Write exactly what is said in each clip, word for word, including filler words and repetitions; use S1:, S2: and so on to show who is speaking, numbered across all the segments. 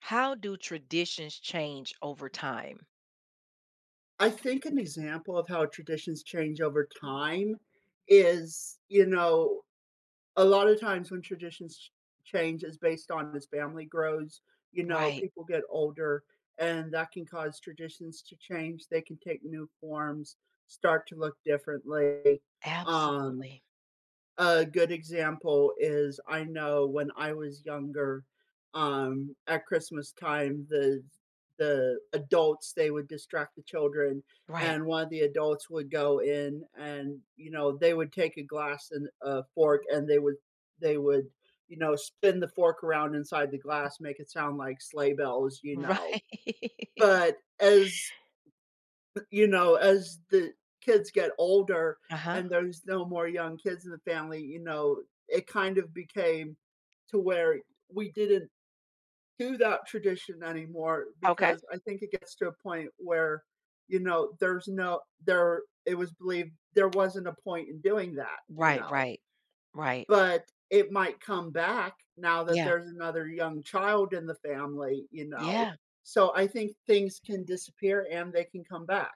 S1: How do traditions change over time?
S2: I think an example of how traditions change over time is, you know, a lot of times when traditions ch change is based on as family grows, you know,
S1: Right.
S2: people get older, and that can cause traditions to change, they can take new forms, start to look differently. um
S1: Absolutely.
S2: a good example is I know when I was younger, um, at Christmas time, the the adults, they would distract the children,
S1: Right.
S2: and one of the adults would go in and, you know, they would take a glass and a fork, and they would they would, you know, spin the fork around inside the glass, make it sound like sleigh bells, you know.
S1: Right.
S2: But as you know, as the kids get older
S1: uh-huh.
S2: and there's no more young kids in the family, you know, It kind of became to where we didn't do that tradition anymore
S1: Okay.
S2: because I think it gets to a point where, you know, there's no there it was believed there wasn't a point in doing that, you
S1: Right.
S2: know.
S1: Right. Right.
S2: But it might come back now that
S1: Yeah.
S2: there's another young child in the family, you know.
S1: Yeah.
S2: So I think things can disappear and they can come back.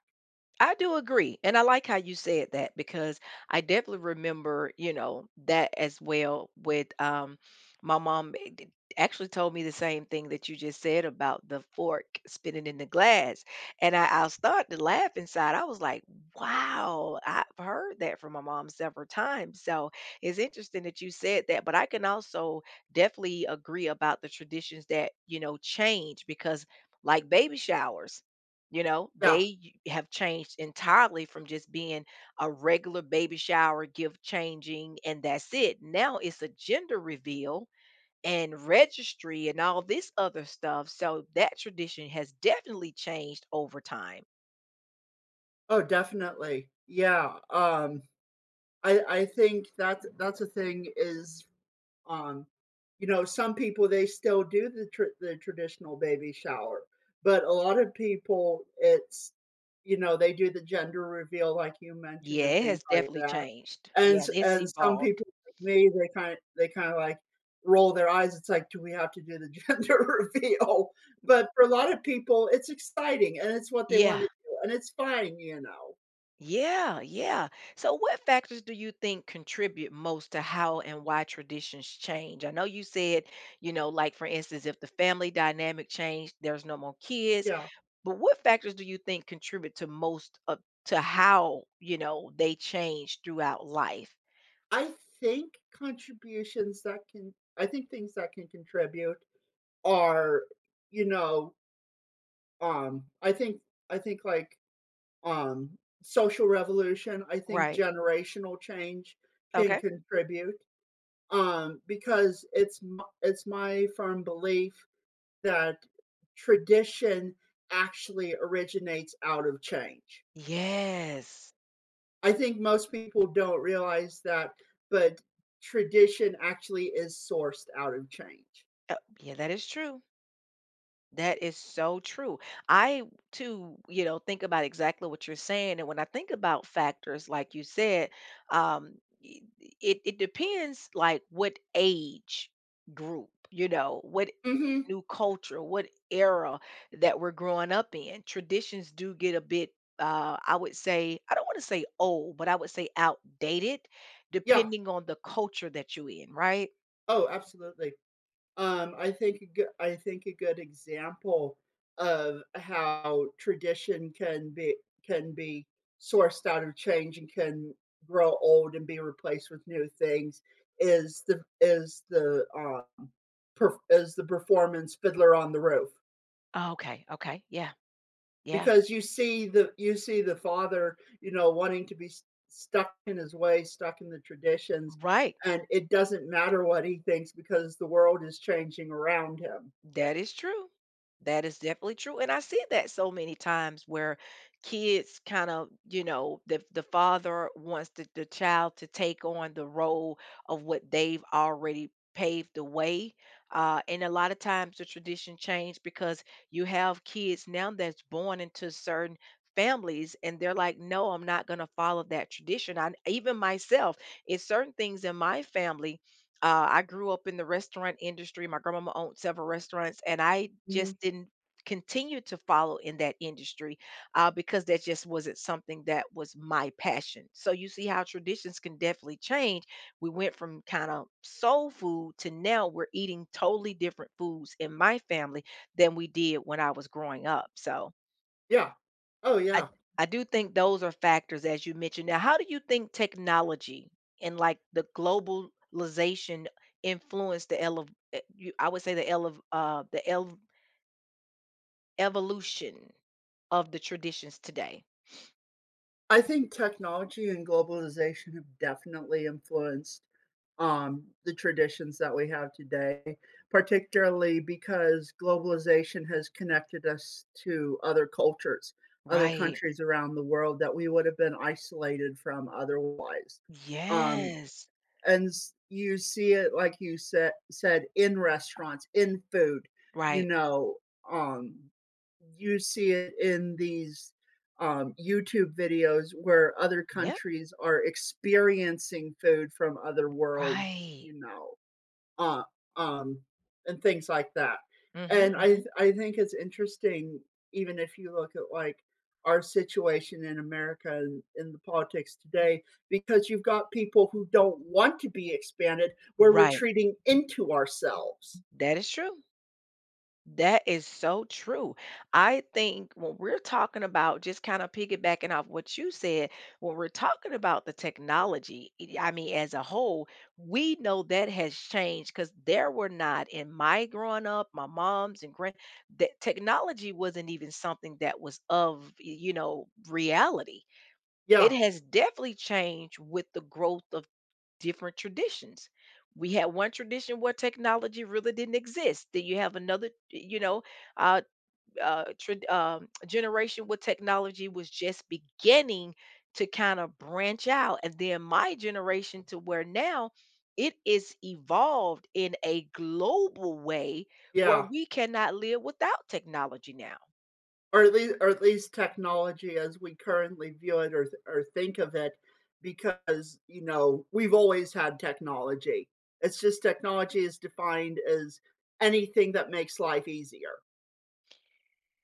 S1: I do agree, and I like how you said that because I definitely remember, you know, that as well with um my mom eh, d- actually told me the same thing that you just said about the fork spinning in the glass. And I, I started to laugh inside. I was like, wow, I've heard that from my mom several times. So it's interesting that you said that. But I can also definitely agree about the traditions that, you know, change because like baby showers you know,
S2: Yeah.
S1: they y- have changed entirely from just being a regular baby shower, gift changing, and that's it. Now it's a gender reveal and registry and all this other stuff. So that tradition has definitely changed over time.
S2: Oh, definitely. Yeah, um, I I think that's that's a thing is, um, you know, some people, they still do the tr the traditional baby shower, but a lot of people, it's you know, they do the gender reveal like you mentioned
S1: Yeah,
S2: and
S1: it
S2: things
S1: has
S2: like
S1: definitely
S2: that,
S1: changed.
S2: and
S1: Yeah,
S2: s
S1: it's
S2: and some
S1: evolved.
S2: people like me, they kind they kinda, like, roll their eyes, it's like, "Do we have to do the gender reveal?" But for a lot of people, it's exciting, and it's what they wanna
S1: Yeah.
S2: do, and it's fine, you know?
S1: Yeah, yeah. So, what factors do you think contribute most to how and why traditions change? I know you said, you know,
S2: Yeah.
S1: like for instance, if the family dynamic changed, there's no more kids.
S2: Yeah.
S1: But what factors do you think contribute to most of to how you know they change throughout life?
S2: I think contributions that can I think things that can contribute are, you know, um, I think I think like um social revolution, I think
S1: Right.
S2: generational change can
S1: Okay.
S2: contribute. Um, because it's m- it's my firm belief that tradition actually originates out of change.
S1: Yes.
S2: I think most people don't realize that, but tradition actually is sourced out of change.
S1: Uh, yeah, that is true. That is so true. I too, you know, think about exactly what you're saying. And when I think about factors, like you said, um, y- it, it depends like what age group, you know, what
S2: Hmm.
S1: new culture, what era that we're growing up in. Traditions do get a bit, uh, I would say, I don't want to say old, but I would say outdated,
S2: Yeah.
S1: depending on the culture that you're in, right?
S2: Oh, absolutely. Um, I think a good, I think a good example of how tradition can be can be sourced out of change and can grow old and be replaced with new things is the is the uh, per, is the performance Fiddler on the Roof.
S1: Okay, okay, yeah, yeah,
S2: Because you see the you see the father, you know wanting to be s- stuck in his way, stuck in the traditions,
S1: right.
S2: and it doesn't matter what he thinks because the world is changing around him.
S1: That is true. That is definitely true. And I see that so many times where kids kind of, you know, the the father wants the, the child to take on the role of what they've already paved the way. Uh, and a lot of times the tradition changed because you have kids now that's born into certain families and they're like, no, I'm not gonna follow that tradition. I even myself, it's certain things in my family uh, I grew up in the restaurant industry. My grandmama owned several restaurants, and I
S2: Mhm.
S1: just didn't continue to follow in that industry uh, because that just wasn't something that was my passion. So you see how traditions can definitely change. We went from kind of soul food to now we're eating totally different foods in my family than we did when I was growing up. So
S2: Yeah. Oh,
S1: I
S2: yeah.
S1: I do think those are factors as you mentioned. Now, how do you think technology and like the globalization influence the ele- eh, you, I would say the ele- uh the el- evolution of the traditions today?
S2: I think technology and globalization have definitely influenced, um, the traditions that we have today, particularly because globalization has connected us to other cultures, other
S1: Right.
S2: countries around the world that we would have been isolated from otherwise. Um,
S1: Yes.
S2: and you see it like you said said in restaurants, in food you
S1: Right.
S2: know um you see it in these um, YouTube videos where other
S1: Yep.
S2: countries are experiencing food from other worlds,
S1: Right.
S2: you know, uh, um, and things like that.
S1: Hmm,
S2: And I
S1: hmm.
S2: I think it's interesting, even if you look at like our situation in America and in the politics today, because you've got people who don't want to be expanded. We're
S1: Right.
S2: retreating into ourselves.
S1: That is true. That is so true. I think when we're talking about just kind of piggybacking off what you said, when we're talking about the technology, it- I mean, as a whole, we know that has changed because there were not in my growing up, my mom's and grand that technology wasn't even something that was of, y- you know, reality. It
S2: Yeah,
S1: has definitely changed with the growth of different traditions. We had one tradition where technology really didn't exist. Then you have another, you know, uh, uh, trad um, generation where technology was just beginning to kind of branch out. And then my generation to where now it is evolved in a global way where
S2: yeah.
S1: we cannot live without technology now.
S2: Or at least or at least technology as we currently view it or th or think of it because, you know, we've always had technology. It's just technology is defined as anything that makes life easier.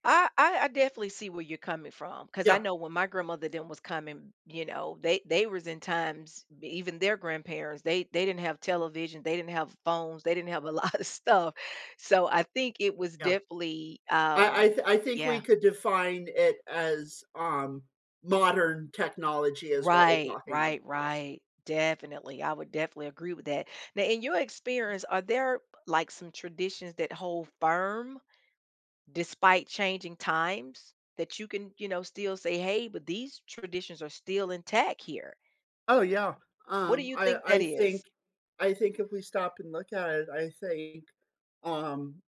S1: I, I I definitely see where you're coming from because I
S2: Yeah,
S1: know when my grandmother then was coming, you know, they they was in times b- even their grandparents they they didn't have television, they didn't have phones, they didn't have a lot of stuff, so I think it was
S2: yeah.
S1: definitely,
S2: I I
S1: um,
S2: th I think we
S1: yeah,
S2: could define it as, um, modern technology is what we're
S1: right,
S2: talking
S1: right,
S2: about.
S1: right, definitely. I would definitely agree with that. Now, in your experience, are there like some traditions that hold firm despite changing times that you can, you know, still say, "Hey, but these traditions are still intact here."
S2: Oh, yeah.
S1: What do
S2: Um,
S1: you
S2: I
S1: think
S2: I
S1: that
S2: think
S1: is?
S2: I think if we stop and look at it, I think, um,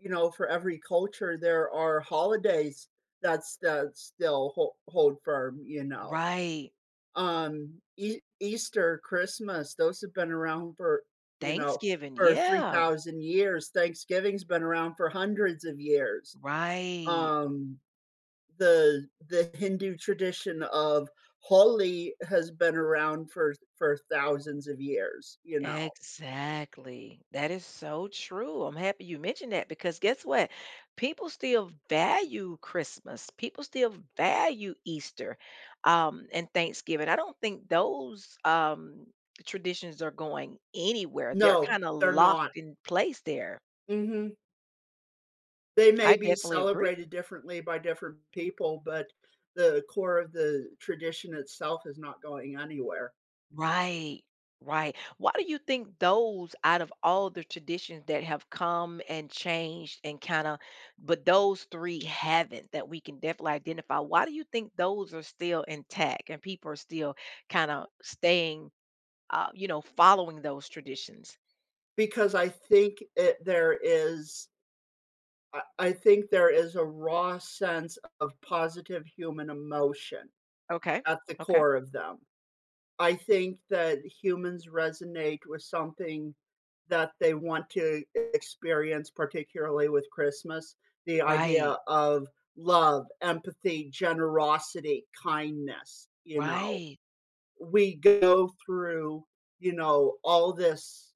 S2: you know, for every culture, there are holidays that's that still hold, hold firm, you know.
S1: Right.
S2: Um, e- Easter, Christmas, those have been around for, you know,
S1: Thanksgiving,
S2: for
S1: yeah.
S2: three thousand years. Thanksgiving's been around for hundreds of years.
S1: Right.
S2: Um, the the Hindu tradition of Holi has been around for for thousands of years, you know.
S1: Exactly. That is so true. I'm happy you mentioned that because guess what? People still value Christmas. People still value Easter um, and Thanksgiving. I don't think those um, traditions are going anywhere. They're
S2: No,
S1: kind of
S2: they're
S1: locked
S2: not.
S1: in place there.
S2: Mhm. They may
S1: I
S2: be
S1: definitely agree.
S2: celebrated differently by different people, but the core of the tradition itself is not going anywhere
S1: Right. Right. Why do you think those out of all the traditions that have come and changed and kind of, but those three haven't that we can definitely identify? Why do you think those are still intact and people are still kind of staying, uh, you know, following those traditions?
S2: because I think it there is I I think there is a raw sense of positive human emotion
S1: Okay.
S2: at the
S1: Okay.
S2: core of them. I think that humans resonate with something that they want to experience, particularly with Christmas, the
S1: Right.
S2: idea of love, empathy, generosity, kindness, you know?
S1: Right.
S2: We go through, you know, all this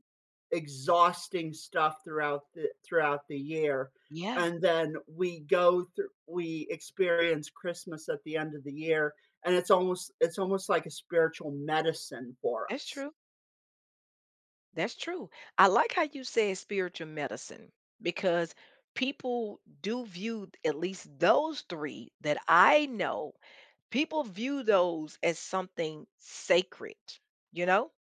S2: exhausting stuff throughout the throughout the year,
S1: Yeah.
S2: and then we go through we experience Christmas at the end of the year, and it's almost it's almost like a spiritual medicine for
S1: That's
S2: us.
S1: true. That's true. I like how you said spiritual medicine because people do view at least those three that I know, people view those as something sacred, you know?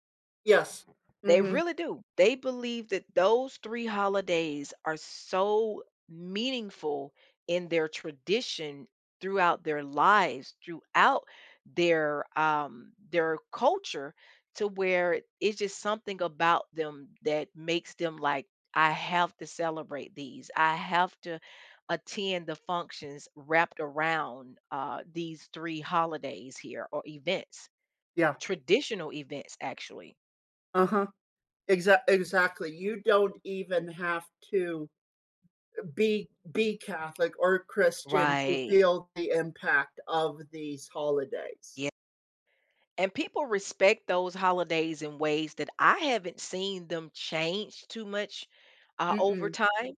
S2: Yes.
S1: They
S2: Mhm.
S1: really do. They believe that those three holidays are so meaningful in their tradition throughout their lives, throughout their, um, their culture to where it's just something about them that makes them like, "I have to celebrate these. I have to attend the functions wrapped around, uh, these three holidays here or events."
S2: Yeah.
S1: Traditional events, actually.
S2: Uh-huh. Exac exactly. You don't even have to be be Catholic or Christian to
S1: Right.
S2: feel the impact of these holidays.
S1: Yeah. And people respect those holidays in ways that I haven't seen them change too much uh, over
S2: Mm-mm.
S1: time.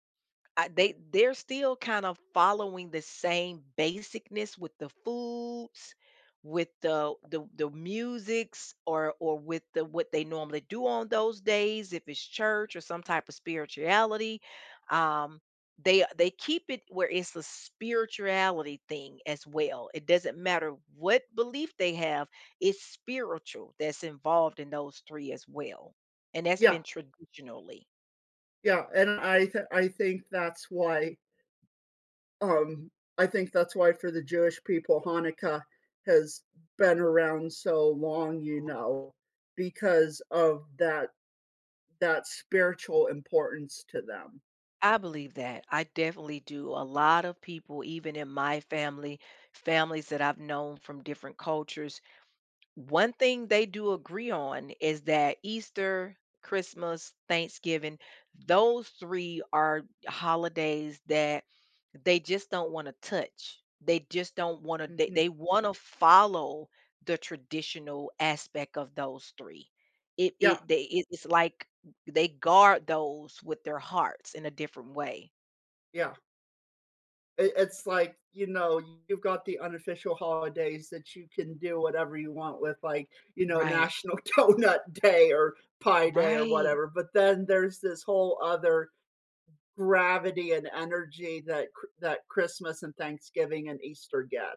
S1: I, they they're still kind of following the same basicness with the foods, with the the the musics, or or with the what they normally do on those days, if it's church or some type of spirituality. Um, they they keep it where it's a spirituality thing as well. It doesn't matter what belief they have; it's spiritual that's involved in those three as well, and that's
S2: Yeah,
S1: been traditionally.
S2: yeah, and I th I think that's why. Um, I think that's why for the Jewish people, Hanukkah has been around so long, you know, because of that, that spiritual importance to them.
S1: I believe that. I definitely do. A lot of people, even in my family, families that I've known from different cultures, one thing they do agree on is that Easter, Christmas, Thanksgiving, those three are holidays that they just don't want to touch. They just don't want to, they,
S2: Mhm.
S1: they want to follow the traditional aspect of those three. It,
S2: Yeah,
S1: it, they, it, it's like they guard those with their hearts in a different way.
S2: yeah. It, it's like, you know, you've got the unofficial holidays that you can do whatever you want with, like, you know,
S1: Right.
S2: National Donut Day or Pie Day or
S1: Right.
S2: whatever. But then there's this whole other gravity and energy that that Christmas and Thanksgiving and Easter get.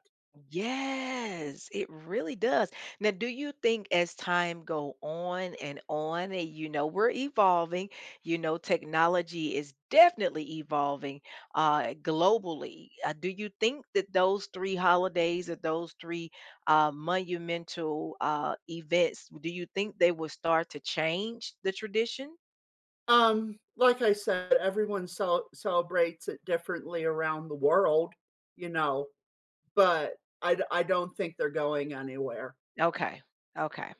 S1: Yes, it really does. Now, do you think as time go on and on, and you know we're evolving, you know technology is definitely evolving uh, globally. Uh, do you think that those three holidays or those three uh, monumental uh, events, do you think they will start to change the tradition?
S2: Um, like I said, everyone cel- celebrates it differently around the world, you know, but I d- I don't think they're going anywhere.
S1: Okay, okay.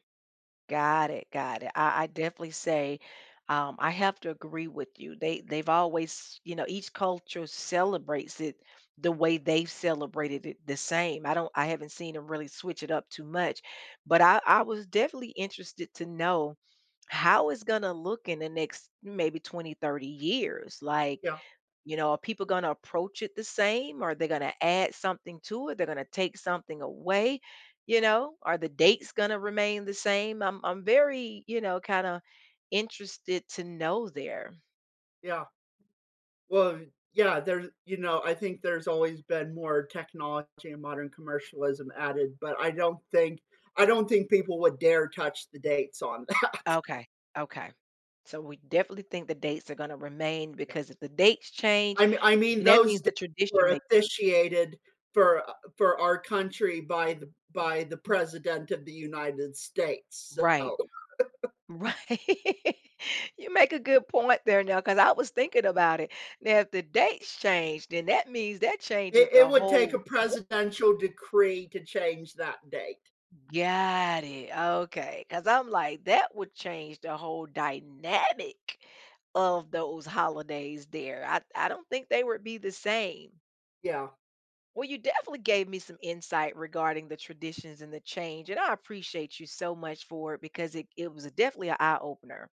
S1: Got it, got it. I, I definitely say um, I have to agree with you. They they've always, you know, each culture celebrates it the way they've celebrated it the same. I don't I haven't seen them really switch it up too much, but I, I was definitely interested to know how it's gonna look in the next maybe twenty, thirty years. Like,
S2: Yeah,
S1: you know, are people going to approach it the same? Are they going to add something to it? They're going to take something away? You know, are the dates going to remain the same? I'm I'm very, you know, kind of interested to know there.
S2: yeah. Well, yeah. There's you know I think there's always been more technology and modern commercialism added, but I don't think I don't think people would dare touch the dates on that.
S1: Okay. Okay. So we definitely think the dates are going to remain
S2: Yeah.
S1: because if the dates change,
S2: I mean I mean
S1: then that
S2: those
S1: means
S2: days
S1: the tradition
S2: were
S1: may
S2: officiated for for our country by the by the President of the United States,
S1: right.
S2: so
S1: Right. you make a good point there now because I was thinking about it. Now, if the dates change, then that means that changes
S2: it it
S1: the
S2: would take a
S1: whole
S2: presidential decree to change that date,
S1: Got it. Okay. Because I'm like, that would change the whole dynamic of those holidays there. I, I don't think they would be the same.
S2: yeah.
S1: Well, you definitely gave me some insight regarding the traditions and the change. And I appreciate you so much for it because it, it was definitely an eye opener.